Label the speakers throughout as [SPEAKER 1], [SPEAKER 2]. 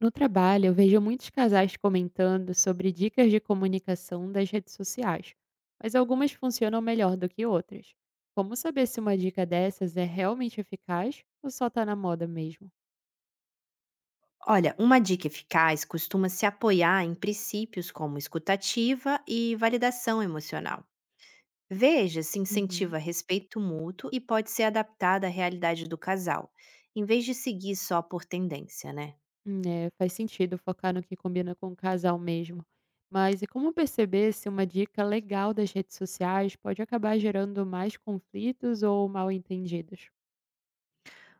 [SPEAKER 1] No trabalho, eu vejo muitos casais comentando sobre dicas de comunicação das redes sociais, mas algumas funcionam melhor do que outras. Como saber se uma dica dessas é realmente eficaz ou só tá na moda mesmo?
[SPEAKER 2] Olha, uma dica eficaz costuma se apoiar em princípios como escutativa e validação emocional. Veja se
[SPEAKER 1] Uhum.
[SPEAKER 2] incentiva respeito mútuo e pode ser adaptada à realidade do casal, em vez de seguir só por tendência, né?
[SPEAKER 1] É, faz sentido focar no que combina com o casal mesmo. Mas e como perceber se uma dica legal das redes sociais pode acabar gerando mais conflitos ou mal entendidos?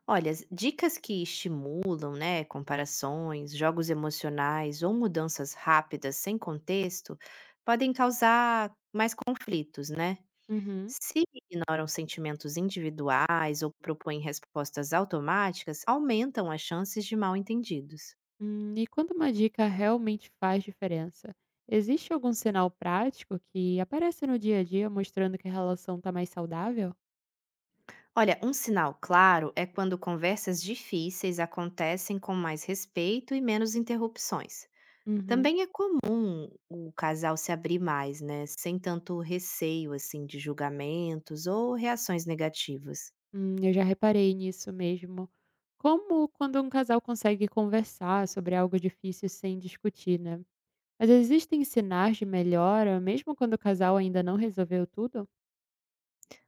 [SPEAKER 2] Olha, as dicas que estimulam, né, comparações, jogos emocionais ou mudanças rápidas sem contexto podem causar mais conflitos, né?
[SPEAKER 1] Uhum.
[SPEAKER 2] Se ignoram sentimentos individuais ou propõem respostas automáticas, aumentam as chances de mal-entendidos.
[SPEAKER 1] E quando uma dica realmente faz diferença, existe algum sinal prático que aparece no dia a dia mostrando que a relação está mais saudável?
[SPEAKER 2] Olha, um sinal claro é quando conversas difíceis acontecem com mais respeito e menos interrupções.
[SPEAKER 1] Uhum.
[SPEAKER 2] Também é comum o casal se abrir mais, né, sem tanto receio assim de julgamentos ou reações negativas.
[SPEAKER 1] Eu já reparei nisso mesmo. Como quando um casal consegue conversar sobre algo difícil sem discutir, né? Mas existem sinais de melhora, mesmo quando o casal ainda não resolveu tudo?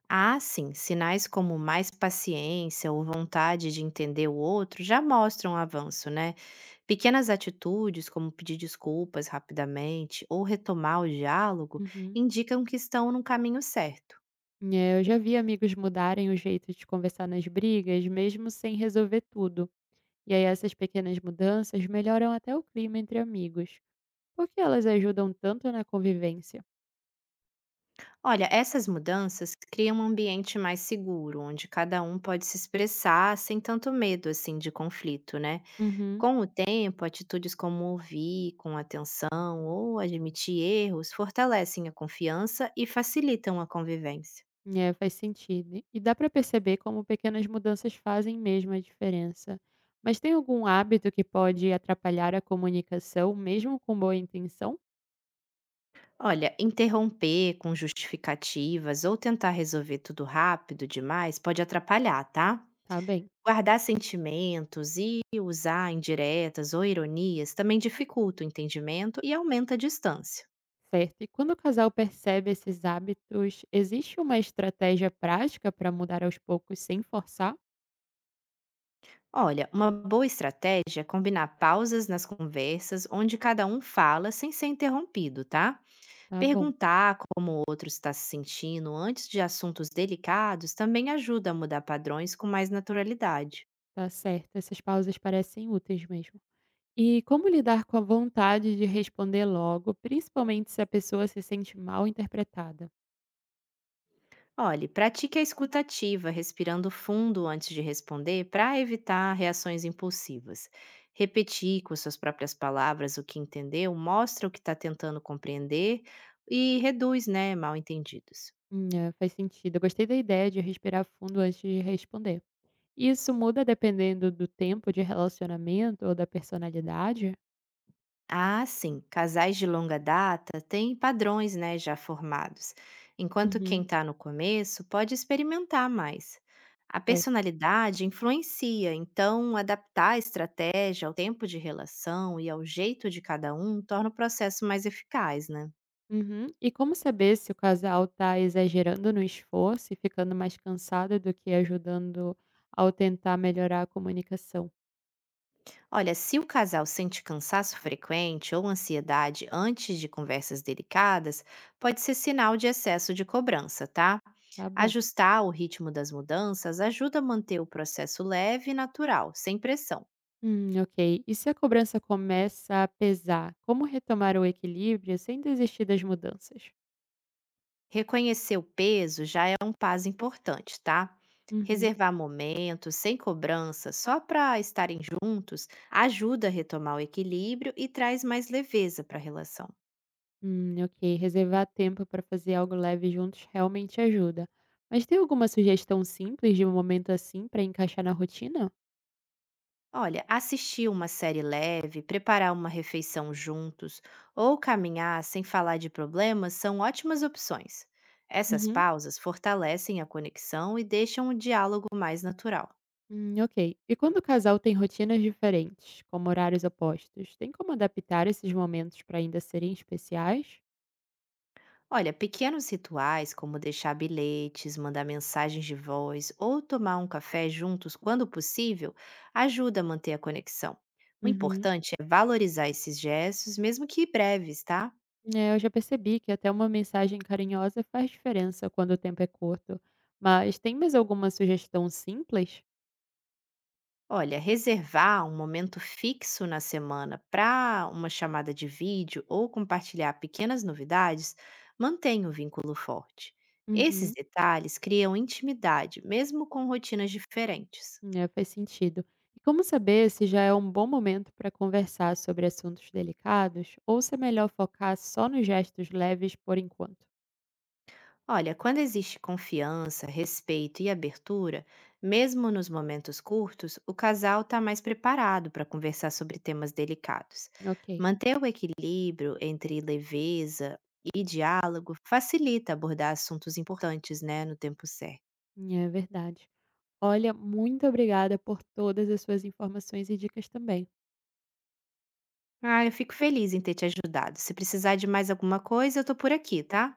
[SPEAKER 2] Há sim, sinais como mais paciência ou vontade de entender o outro já mostram avanço, né? Pequenas atitudes, como pedir desculpas rapidamente ou retomar o diálogo,
[SPEAKER 1] Uhum.
[SPEAKER 2] indicam que estão no caminho certo.
[SPEAKER 1] É, eu já vi amigos mudarem o jeito de conversar nas brigas, mesmo sem resolver tudo. E aí essas pequenas mudanças melhoram até o clima entre amigos, porque elas ajudam tanto na convivência.
[SPEAKER 2] Olha, essas mudanças criam um ambiente mais seguro, onde cada um pode se expressar sem tanto medo assim de conflito, né?
[SPEAKER 1] Uhum.
[SPEAKER 2] Com o tempo, atitudes como ouvir com atenção ou admitir erros fortalecem a confiança e facilitam a convivência.
[SPEAKER 1] É, faz sentido. E dá para perceber como pequenas mudanças fazem mesmo a diferença. Mas tem algum hábito que pode atrapalhar a comunicação, mesmo com boa intenção?
[SPEAKER 2] Olha, interromper com justificativas ou tentar resolver tudo rápido demais pode atrapalhar, tá?
[SPEAKER 1] Tá bem,
[SPEAKER 2] Guardar sentimentos e usar indiretas ou ironias também dificulta o entendimento e aumenta a distância.
[SPEAKER 1] certo. E quando o casal percebe esses hábitos, existe uma estratégia prática para mudar aos poucos sem forçar?
[SPEAKER 2] Olha, uma boa estratégia é combinar pausas nas conversas onde cada um fala sem ser interrompido, tá?
[SPEAKER 1] Tá bom,
[SPEAKER 2] Perguntar como o outro está se sentindo antes de assuntos delicados também ajuda a mudar padrões com mais naturalidade.
[SPEAKER 1] tá certo. Essas pausas parecem úteis mesmo. E como lidar com a vontade de responder logo, principalmente se a pessoa se sente mal interpretada?
[SPEAKER 2] Olhe, pratique a escuta ativa, respirando fundo antes de responder para evitar reações impulsivas. Repetir com suas próprias palavras o que entendeu mostra o que está tentando compreender e reduz, né, mal entendidos.
[SPEAKER 1] É, faz sentido. Eu gostei da ideia de respirar fundo antes de responder. Isso muda dependendo do tempo de relacionamento ou da personalidade?
[SPEAKER 2] Ah, sim. Casais de longa data têm padrões, né, já formados, enquanto
[SPEAKER 1] Uhum,
[SPEAKER 2] quem está no começo pode experimentar mais. A
[SPEAKER 1] certo.
[SPEAKER 2] personalidade influencia, então adaptar a estratégia ao tempo de relação e ao jeito de cada um torna o processo mais eficaz, né?
[SPEAKER 1] Uhum. E como saber se o casal está exagerando no esforço e ficando mais cansado do que ajudando ao tentar melhorar a comunicação?
[SPEAKER 2] Olha, se o casal sente cansaço frequente ou ansiedade antes de conversas delicadas, pode ser sinal de excesso de cobrança, tá?
[SPEAKER 1] Tá bom.
[SPEAKER 2] Ajustar o ritmo das mudanças ajuda a manter o processo leve e natural, sem pressão.
[SPEAKER 1] Ok. E se a cobrança começa a pesar, como retomar o equilíbrio sem desistir das mudanças?
[SPEAKER 2] Reconhecer o peso já é um passo importante, tá?
[SPEAKER 1] Uhum.
[SPEAKER 2] Reservar momentos sem cobrança só para estarem juntos ajuda a retomar o equilíbrio e traz mais leveza para a relação.
[SPEAKER 1] Ok. Reservar tempo para fazer algo leve juntos realmente ajuda. Mas tem alguma sugestão simples de um momento assim para encaixar na rotina?
[SPEAKER 2] Olha, assistir uma série leve, preparar uma refeição juntos ou caminhar sem falar de problemas são ótimas opções. Essas
[SPEAKER 1] Uhum.
[SPEAKER 2] pausas fortalecem a conexão e deixam o diálogo mais natural.
[SPEAKER 1] Ok. E quando o casal tem rotinas diferentes, como horários opostos, tem como adaptar esses momentos para ainda serem especiais?
[SPEAKER 2] Olha, pequenos rituais como deixar bilhetes, mandar mensagens de voz ou tomar um café juntos quando possível ajuda a manter a conexão. O
[SPEAKER 1] Uhum.
[SPEAKER 2] importante é valorizar esses gestos, mesmo que breves, tá?
[SPEAKER 1] É, eu já percebi que até uma mensagem carinhosa faz diferença quando o tempo é curto. Mas tem mais alguma sugestão simples?
[SPEAKER 2] Olha, reservar um momento fixo na semana para uma chamada de vídeo ou compartilhar pequenas novidades mantém o vínculo forte. Esses
[SPEAKER 1] Uhum,
[SPEAKER 2] detalhes criam intimidade, mesmo com rotinas diferentes.
[SPEAKER 1] é, faz sentido. E como saber se já é um bom momento para conversar sobre assuntos delicados ou se é melhor focar só nos gestos leves por enquanto?
[SPEAKER 2] Olha, quando existe confiança, respeito e abertura, mesmo nos momentos curtos, o casal está mais preparado para conversar sobre temas delicados.
[SPEAKER 1] Ok,
[SPEAKER 2] Manter o equilíbrio entre leveza e diálogo facilita abordar assuntos importantes, né, no tempo certo.
[SPEAKER 1] é verdade. Olha, muito obrigada por todas as suas informações e dicas também.
[SPEAKER 2] Ah, eu fico feliz em ter te ajudado. Se precisar de mais alguma coisa, eu tô por aqui, tá?